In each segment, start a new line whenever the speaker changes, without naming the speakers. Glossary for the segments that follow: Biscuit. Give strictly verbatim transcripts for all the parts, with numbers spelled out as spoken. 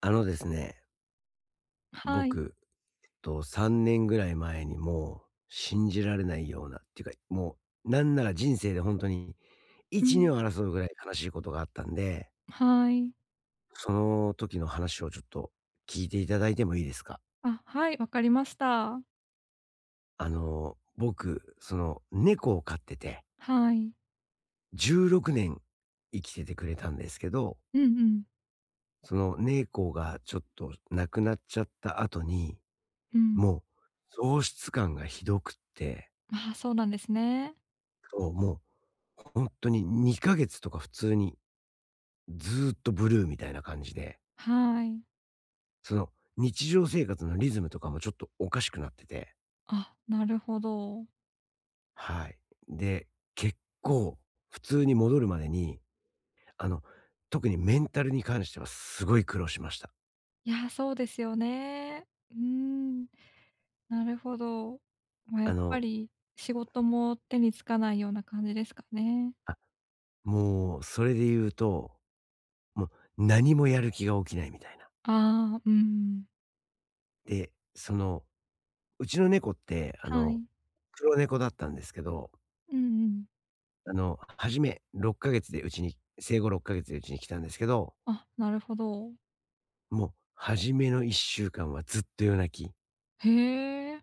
あのですね、
はい。
僕、えっと、さんねんぐらい前にもう信じられないようなっていうか、もうなんなら人生で本当に
う
一、に
ん。
を争うぐらい悲しいことがあったんで、
はい。
その時の話をちょっと聞いていただいてもいいですか？
あ、はい、わかりました。
あの、僕、その猫を飼ってて、
はい。
じゅうろくねん生きててくれたんですけど、
うんうん。
その猫がちょっと亡くなっちゃった後に、
うん。
もう喪失感がひどくって、
ああ、そうなんですね。
そう、もう本当ににかげつとか普通にずーっとブルーみたいな感じで、
はい。
その日常生活のリズムとかもちょっとおかしくなってて、
あ、なるほど。
はい。で、結構普通に戻るまでに、あの、特にメンタルに関してはすごい苦労しました。
いや、そうですよね。うーん、なるほど。ま、やっ
あ
ぱ
の、
り仕事も手につかないような感じですかね。
あ、もうそれで言うと、もう何もやる気が起きないみたいな。
ああ、うん。
で、その、うちの猫ってあ
は
の、
い。
黒猫だったんですけど
うんうん。
あの、初めろっかげつでうちに生後ろっかげつでうちに来たんですけど、
あ、なるほど。
もう初めのいっしゅうかんはずっと夜泣き。
へえ。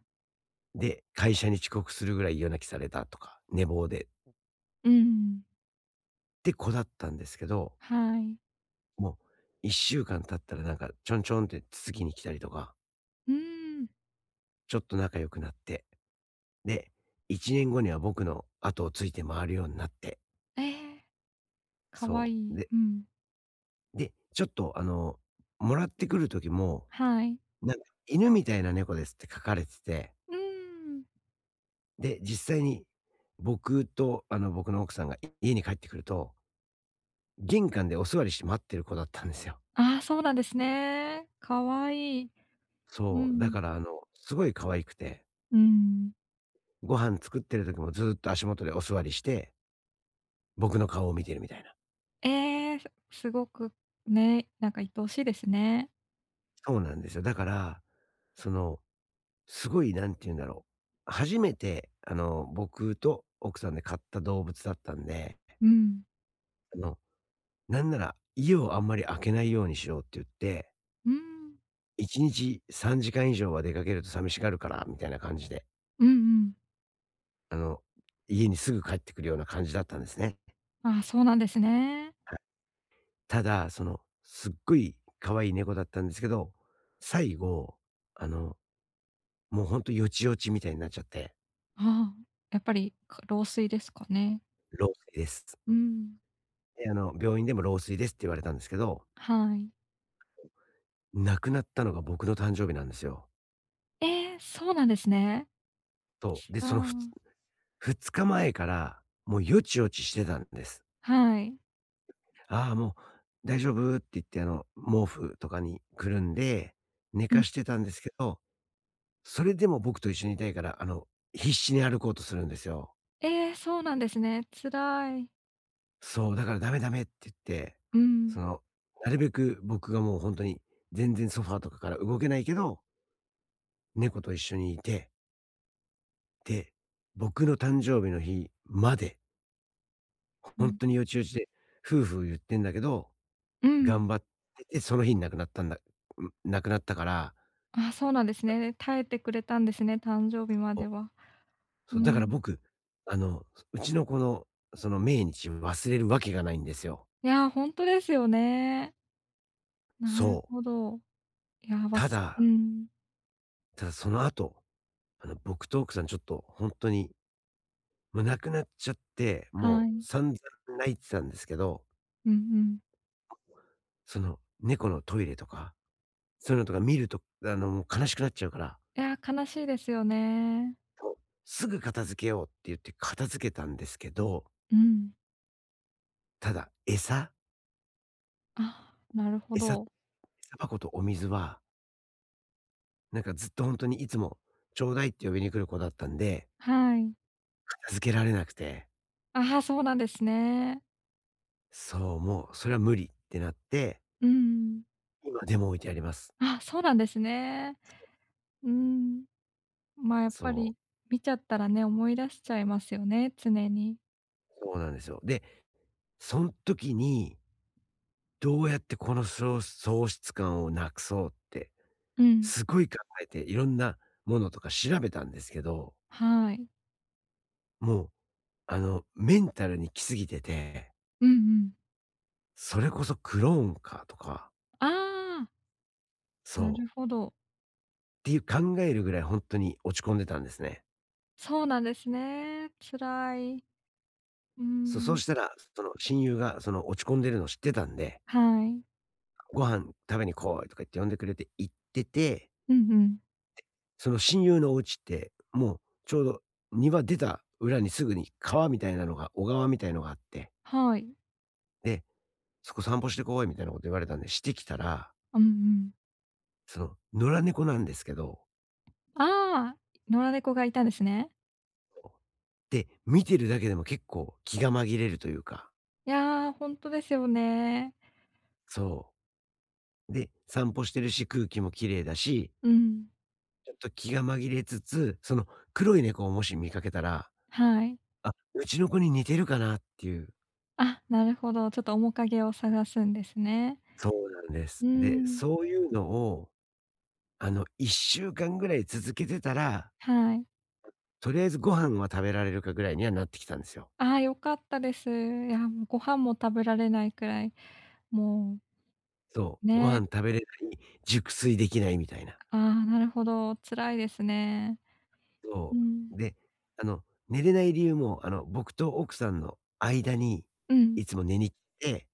で、会社に遅刻するぐらい夜泣きされたとか、寝坊でっ
うん。
て子だったんですけど、
はい。
もういっしゅうかん経ったらなんかちょんちょんってつつきに来たりとか、
うーん。
ちょっと仲良くなって、で、いちねんごには僕の後をついて回るようになって、
ええ、可愛
そう。
い。
で、
うん。
で、ちょっとあの、もらってくる時も、
はい。
なんか犬みたいな猫ですって書かれてて
うーん。
で、実際に僕と、あの、僕の奥さんがい家に帰ってくると、玄関でお座りして待ってる子だったんですよ。
ああ、そうなんですね。可愛いい。う
そう、だ
ん。
からあの、すごい可愛くて、
うん。
ご飯作ってる時もずっと足元でお座りして、僕の顔を見てるみたいな。
ええ、すすごくね、なんか愛おしいですね。
そうなんですよ。だから、その、すごい、なんて言うんだろう。初めて、あの、僕と奥さんで飼った動物だったんで、
うん。
あの、なんなら家をあんまり開けないようにしようって言って、
うん。
いちにちさんじかん以上は出かけると寂しがるから、みたいな感じで、
うんうん。
あの、家にすぐ帰ってくるような感じだったんですね。
ああ、そうなんですね。
はい。ただ、その、すっごい可愛い猫だったんですけど、最後、あの、もうほんとよちよちみたいになっちゃって、
ああ、やっぱり、か老衰ですかね。
老衰です。
うん。
で、あの、病院でも老衰ですって言われたんですけど、
はい。
亡くなったのが僕の誕生日なんですよ。
ええ、そうなんですね。
そで、
あ
そのふつ
あ、
ふつかまえから、もうよちよちしてたんです。
はい。
ああ、もう大丈夫って言って、あの、毛布とかにくるんで、寝
うん。
かしてたんですけど、それでも僕と一緒にいたいから、あの、必死に歩こうとするんですよ。
ええ、そうなんですね。辛い。
そう、だからダメダメって言って、
うん。
その、なるべく僕がもう本当に全然ソファーとかから動けないけど、猫と一緒にいて、で、僕の誕生日の日まで、
う
本
ん。
当によちよちで、夫婦言ってんだけど、
うん。
頑張ってて、その日に亡くなったんだん、亡くなったから、
ああ、そうなんですね。耐えてくれたんですね、誕生日までは。う
そう、だから
ん。
僕、あの、うちの子のその命日忘れるわけがないんですよ。
いや、ほんとですよね。な
そ
る
う。
ほど。いや、わ
た
すう
だ、
ん、
ただその後、あの、僕と奥さんちょっと本当に、もう亡くなっちゃって、も
は
う
い。
散々泣いてたんですけど、
うんうん。
その猫のトイレとか、そういうのとか見ると、あの、もう悲しくなっちゃうから、
いや、悲しいですよね。
そう、すぐ片付けようって言って片付けたんですけど、
うん。
ただ餌
あ、なるほ
餌餌
ど。
箱とお水は、なんかずっと本当にいつもちょうだいって呼びに来る子だったんで
はい。
片付けられなくて、
ああ、そうなんですね。
そう、もうそれは無理ってなって、
うん。
今でも置いてあります。
あ、そうなんですね。うーん。まあ、やっぱ
そ
り見ちゃったらね、思い出しちゃいますよね、常に。
う、そうなんですよ。で、そん時に、どうやってこのそう喪失感をなくそうって、
うん。
すごい考えて、いろんなものとか調べたんですけど、
はい。
もう、あの、メンタルに来すぎてて、
うんうん。
それこそクローンかとか、
ああ、
そ
なる
う、
ほど。
っていう考えるぐらいほんとに落ち込んでたんですね。
そうなんですね。辛い。うー
そそう
ん。
したら、その親友がその落ち込んでるの知ってたんで
はい。
ご飯食べに来いとか言って呼んでくれて行ってて、
うんうん。
その親友のお家って、もうちょうど庭出た裏にすぐに川みたいなのが、小川みたいのがあって、
はい。
で、そこ散歩してこいみたいなこと言われたんでしてきたら、
うんうん。
その野良猫なんですけど、
ああ、野良猫がいたんですね。
で、見てるだけでも結構気が紛れるというか、
いや、ほんとですよね。
そう。で、散歩してるし、空気も綺麗だし、
うん。
ちょっと気が紛れつつ、その黒い猫をもし見かけたら、
はい。
あ、うちの子に似てるかなっていう
あ、なるほど、ちょっと面影を探すんですね。
そうなんで
うー
す。で、
ん、
そういうのを、あの、いっしゅうかんぐらい続けてたら、
はい。
とりあえずご飯は食べられるかぐらいにはなってきたんですよ。
ああ、良かったです。いや、もうご飯も食べられないくらい、もう、
そう、ご
ね、
飯食べれない、熟睡できないみたいな。
ああ、なるほど、辛いですね。う
そ
ん。
う。で、あの、寝れない理由も、あの、僕と奥さんの間に、
うん。
いつも寝に来て、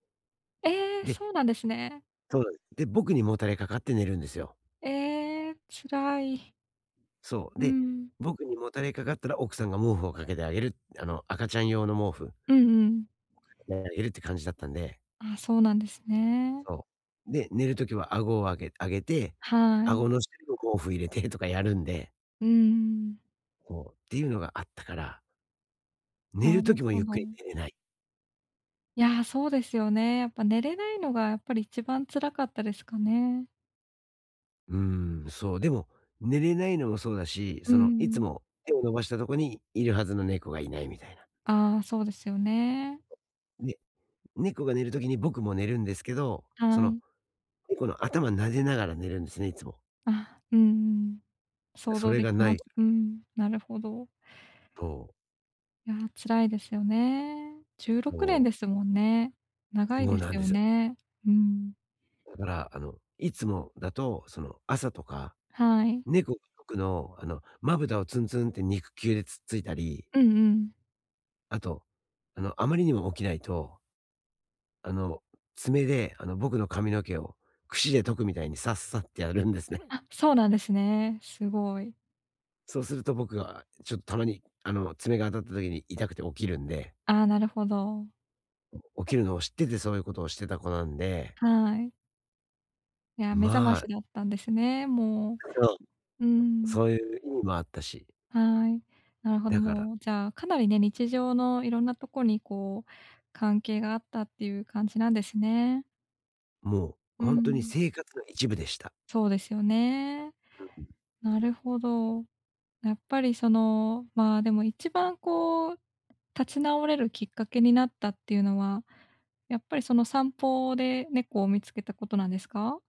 ええ、
で、
そうなんですね。
そうなんです。で、僕にもたれかかって寝るんですよ。
ええ、辛い。
そう。
う
で、
ん。
僕にもたれかかったら奥さんが毛布をかけてあげる、あの、赤ちゃん用の毛布、
うんうん。
あげるって感じだったんで
あ、そうなんですね。
そう。で、寝るときは顎を上げ上げて、
はい。
顎の下にも毛布入れてとかやるんで、
うーん、
そう、っていうのがあったから、寝
な
ると
る
きも
ほ
ゆっく
ど。
り寝れない。
いや、そうですよね。やっぱ寝れないのがやっぱり一番辛かったですかね。
うーん、そう、でも、寝れないのもそうだし、
う
その、いつ
ん。
も手を伸ばしたとこにいるはずの猫がいないみたいな。
ああ、そうですよね。
で、猫が寝るときに僕も寝るんですけど、そ
は
の、
い。
猫の頭撫でながら寝るんですね、いつも。
あ、うんん。想
そ
像
れ
でき
がな
ま
い
す。
と、
うん、なるほど。いや、辛いですよね。じゅうろくねんで
そ
すもんね。長
う、
い
そ
で
う
す
なんで
よ
すよ。
ね。うん。
だから、あの、いつもだと、その、朝とか
はい。
猫が僕の、あの、まぶたをツンツンって肉球でつっついたり、
うんうん。
あと、あの、あまりにも起きないと、あの、爪で、あの、僕の髪の毛を櫛で解くみたいにさっさってやるんですね。
あ、そうなんですね。すごい。
そうすると僕がちょっとたまに、あの、爪が当たった時に痛くて起きるんで、
ああ、なるほど。
起きるのを知っててそういうことをしてた子なんで、
はい。いや、目覚ま
ま
し
あ、
だったんですね、も
そう、
う。うん、
そういう意味もあったし、
はい。なるほど、
だから、
もう、じゃあ、かなりね、日常のいろんなとこに、こう、関係があったっていう感じなんですね。
もう
う
本当に
ん、
生活の一部でした。
そうですよね。なるほど。やっぱりその、まあ、でも一番こう、立ち直れるきっかけになったっていうのは、やっぱりその散歩で猫を見つけたことなんですか？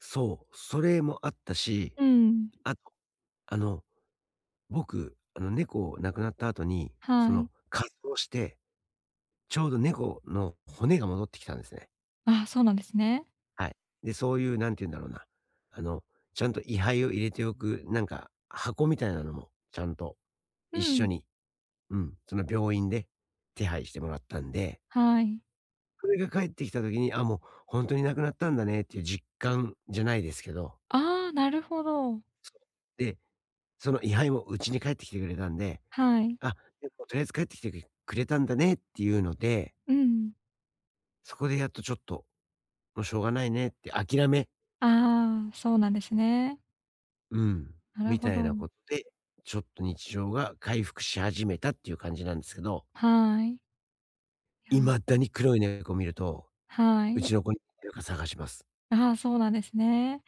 そう、それもあったし、
うん、
あと、あの僕、あの、猫亡くなった後に、そ
はい。
の、火葬して、ちょうど猫の骨が戻ってきたんですね。
ああ、そうなんですね。
はい。で、そういう、なんて言うんだろうな、あの、ちゃんと位牌を入れておく、なんか、箱みたいなのも、ちゃんと
う
一緒
ん、
に、うん、その病院で手配してもらったんで、
はい。
それが帰ってきた時に、あ、もう本当に亡くなったんだねっていう実感じゃないですけど、
ああ、なるほど。
で、その位牌もうちに帰ってきてくれたんで、
はい。
あ、でもとりあえず帰ってきてくれたんだねっていうので
うん。
そこでやっとちょっと、もうしょうがないねって諦め、
ああ、そうなんですね。
うん、
なる
み
ほ
たい
ど。
なことで、ちょっと日常が回復し始めたっていう感じなんですけど、
はい。いや、
未だに黒い猫を見ると、
は
う
い。
ちの子に似てるか探します。
ああ、そうなんですね。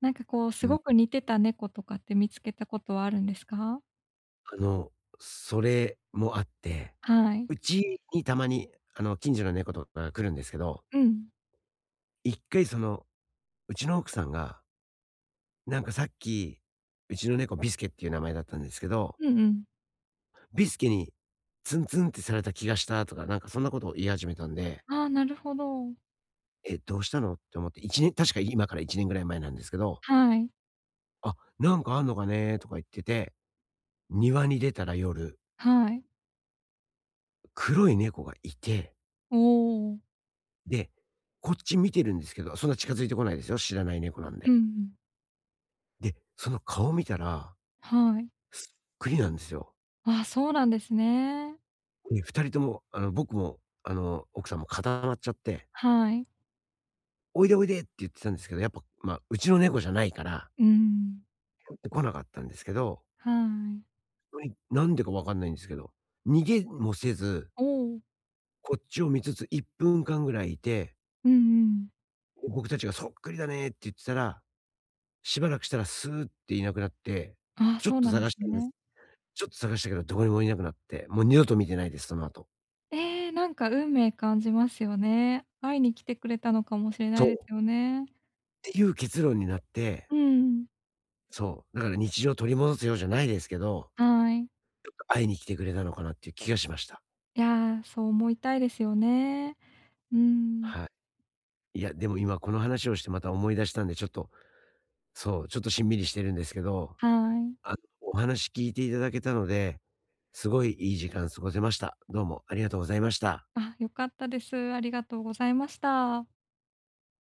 なんかこう、す
うん。
ごく似てた猫とかって見つけたことはあるんですか？
あの、それもあって、
はい。
うちにたまに、あの、近所の猫とかが来るんですけど、
うん。
一回その、うちの奥さんが、なんかさっき、うちの猫ビスケっていう名前だったんですけど
うんうん。
ビスケにツンツンってされた気がしたとか、なんかそんなことを言い始めたんで、
ああ、なるほど。
え、どうしたのって思って、いちねん確か今からいちねんぐらい前なんですけど、
はい。
あ、なんかあんのかねとか言ってて、庭に出たら夜、
はい。
黒い猫がいて、
おお。
で、こっち見てるんですけど、そんな近づいてこないですよ、知らない猫なん
うん
で。
うん。
で、その顔見たら、
はい。
そっくりなんですよ。
ああ、そうなんですね。
で、ふたりとも、あの、僕も、あの、奥さんも固まっちゃって、
はい。
おいでおいでって言ってたんですけど、やっぱ、まあ、うちの猫じゃないから、
うん。
来なかったんですけど、
はい。
はい、なんでかわかんないんですけど、逃げもせず、
おお。
こっちを見つついっぷんかんぐらいいて、
うんうん。
で、僕たちがそっくりだねって言ってたら、しばらくしたらスーっていなくなって、
ああ、
ちょっ
そう
と
なんで
探
す
したんで
ね。
す。ちょっと探したけどどこにもいなくなって、もう二度と見てないです、その後。
ええ、なんか運命感じますよね。会いに来てくれたのかもしれな
そ
いで
う。
すよね。
っていう結論になって、
うん、
そう、だから日常を取り戻すようじゃないですけど、
はい。
ちょっと会いに来てくれたのかなっていう気がしました。
いや、そう思いたいですよね。うん、
はい。いや、でも今この話をしてまた思い出したんで、ちょっと、そう、ちょっとしんみりしてるんですけど
はい。
あの、お話聞いていただけたので、すごいいい時間過ごせました。どうもありがとうございました。
あ、良かったです。ありがとうございました。